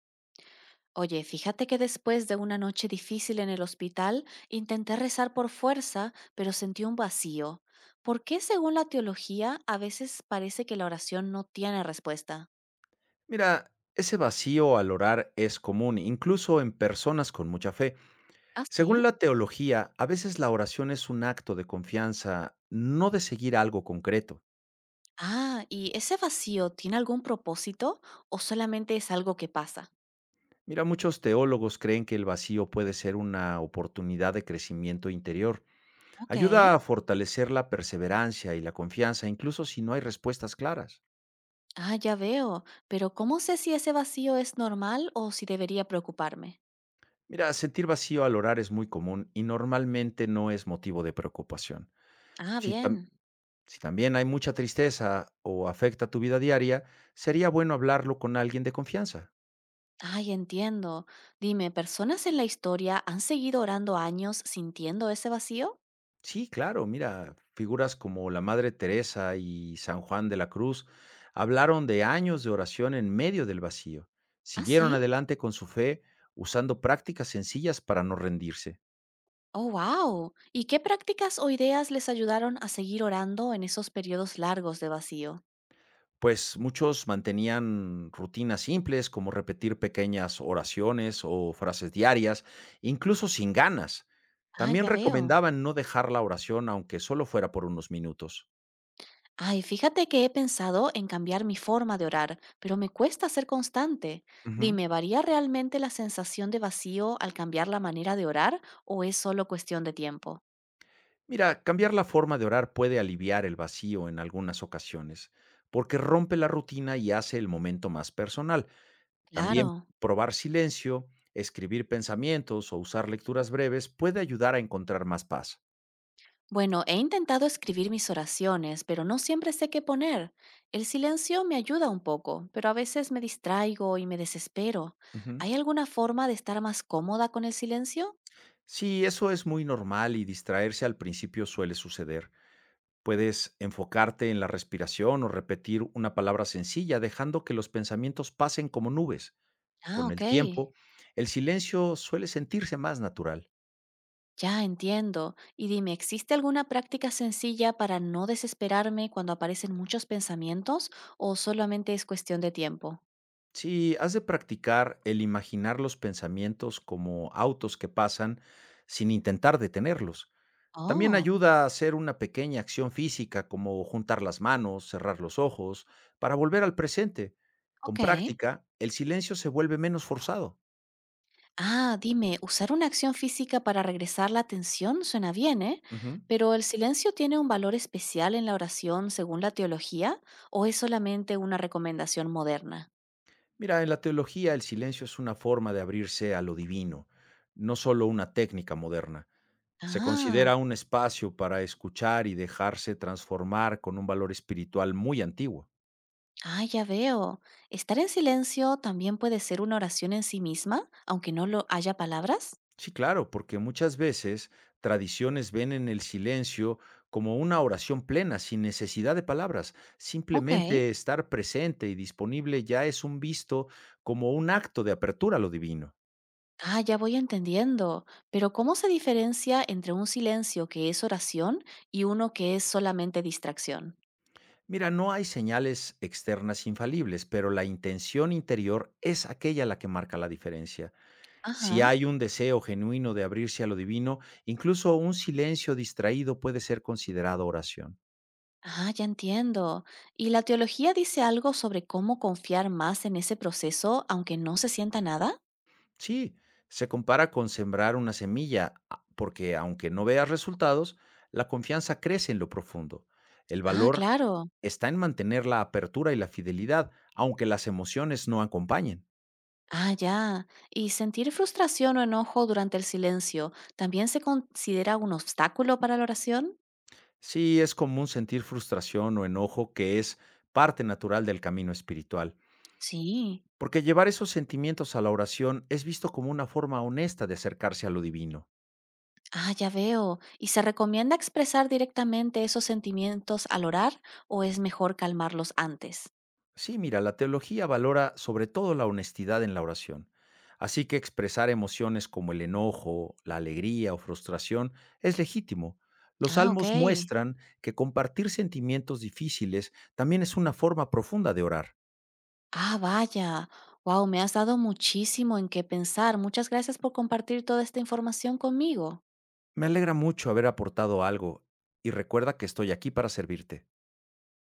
Oye, fíjate que después de una noche difícil en el hospital, intenté rezar por fuerza, pero sentí un vacío. ¿Por qué, según la teología, a veces parece que la oración no tiene respuesta? Mira, ese vacío al orar es común, incluso en personas con mucha fe. ¿Ah, Según sí? la teología, a veces la oración es un acto de confianza, no de seguir algo concreto. Ah, ¿y ese vacío tiene algún propósito o solamente es algo que pasa? Mira, muchos teólogos creen que el vacío puede ser una oportunidad de crecimiento interior. Ok. Ayuda a fortalecer la perseverancia y la confianza, incluso si no hay respuestas claras. Ah, ya veo, pero ¿cómo sé si ese vacío es normal o si debería preocuparme? Mira, sentir vacío al orar es muy común y normalmente no es motivo de preocupación. Ah, Si, tam- bien. Si también hay mucha tristeza o afecta tu vida diaria, sería bueno hablarlo con alguien de confianza. Ay, entiendo. Dime, ¿personas en la historia han seguido orando años sintiendo ese vacío? Sí, claro, mira, figuras como la Madre Teresa y San Juan de la Cruz hablaron de años de oración en medio del vacío. ¿Ah, Siguieron sí? adelante con su fe usando prácticas sencillas para no rendirse. Oh, wow. ¿Y qué prácticas o ideas les ayudaron a seguir orando en esos periodos largos de vacío? Pues muchos mantenían rutinas simples como repetir pequeñas oraciones o frases diarias, incluso sin ganas. Ah, También ya veo. recomendaban no dejar la oración aunque solo fuera por unos minutos. Ay, fíjate que he pensado en cambiar mi forma de orar, pero me cuesta ser constante. Ujú. Dime, ¿varía realmente la sensación de vacío al cambiar la manera de orar o es solo cuestión de tiempo? Mira, cambiar la forma de orar puede aliviar el vacío en algunas ocasiones, porque rompe la rutina y hace el momento más personal. También Claro. probar silencio, escribir pensamientos o usar lecturas breves puede ayudar a encontrar más paz. Bueno, he intentado escribir mis oraciones, pero no siempre sé qué poner. El silencio me ayuda un poco, pero a veces me distraigo y me desespero. Ujú. ¿Hay alguna forma de estar más cómoda con el silencio? Sí, eso es muy normal y distraerse al principio suele suceder. Puedes enfocarte en la respiración o repetir una palabra sencilla, dejando que los pensamientos pasen como nubes. Ah, Con ok. el tiempo, el silencio suele sentirse más natural. Ya entiendo. Y dime, ¿existe alguna práctica sencilla para no desesperarme cuando aparecen muchos pensamientos o solamente es cuestión de tiempo? Si has de practicar el imaginar los pensamientos como autos que pasan sin intentar detenerlos. También Oh, ayuda a hacer una pequeña acción física como juntar las manos, cerrar los ojos, para volver al presente. Con ok. práctica, el silencio se vuelve menos forzado. Ah, dime, usar una acción física para regresar la atención suena bien, ¿eh? Ujú. Pero ¿el silencio tiene un valor especial en la oración según la teología o es solamente una recomendación moderna? Mira, en la teología el silencio es una forma de abrirse a lo divino, no solo una técnica moderna. Se considera Ah, un espacio para escuchar y dejarse transformar con un valor espiritual muy antiguo. ah, ya veo. ¿Estar en silencio también puede ser una oración en sí misma, aunque no lo haya palabras? Sí, claro, porque muchas veces tradiciones ven en el silencio como una oración plena, sin necesidad de palabras. Ok. Simplemente estar presente y disponible ya es un visto como un acto de apertura a lo divino. Ah, ya voy entendiendo. Pero ¿cómo se diferencia entre un silencio que es oración y uno que es solamente distracción? Mira, no hay señales externas infalibles, pero la intención interior es aquella la que marca la diferencia. Si Ajá. hay un deseo genuino de abrirse a lo divino, incluso un silencio distraído puede ser considerado oración. Ah, ya entiendo. ¿Y la teología dice algo sobre cómo confiar más en ese proceso, aunque no se sienta nada? Sí, se compara con sembrar una semilla, porque aunque no veas resultados, la confianza crece en lo profundo. El Ah, valor claro. está en mantener la apertura y la fidelidad, aunque las emociones no acompañen. Ah, ya. ¿Y sentir frustración o enojo durante el silencio también se considera un obstáculo para la oración? Sí, es común sentir frustración o enojo, que es parte natural del camino espiritual, Sí. porque llevar esos sentimientos a la oración es visto como una forma honesta de acercarse a lo divino. Ah, ya veo. ¿Y se recomienda expresar directamente esos sentimientos al orar o es mejor calmarlos antes? Sí, mira, la teología valora sobre todo la honestidad en la oración. Así que expresar emociones como el enojo, la alegría o frustración es legítimo. Los Ah, ok. salmos muestran que compartir sentimientos difíciles también es una forma profunda de orar. Ah, vaya. Wow, me has dado muchísimo en qué pensar. Muchas gracias por compartir toda esta información conmigo. Me alegra mucho haber aportado algo y recuerda que estoy aquí para servirte.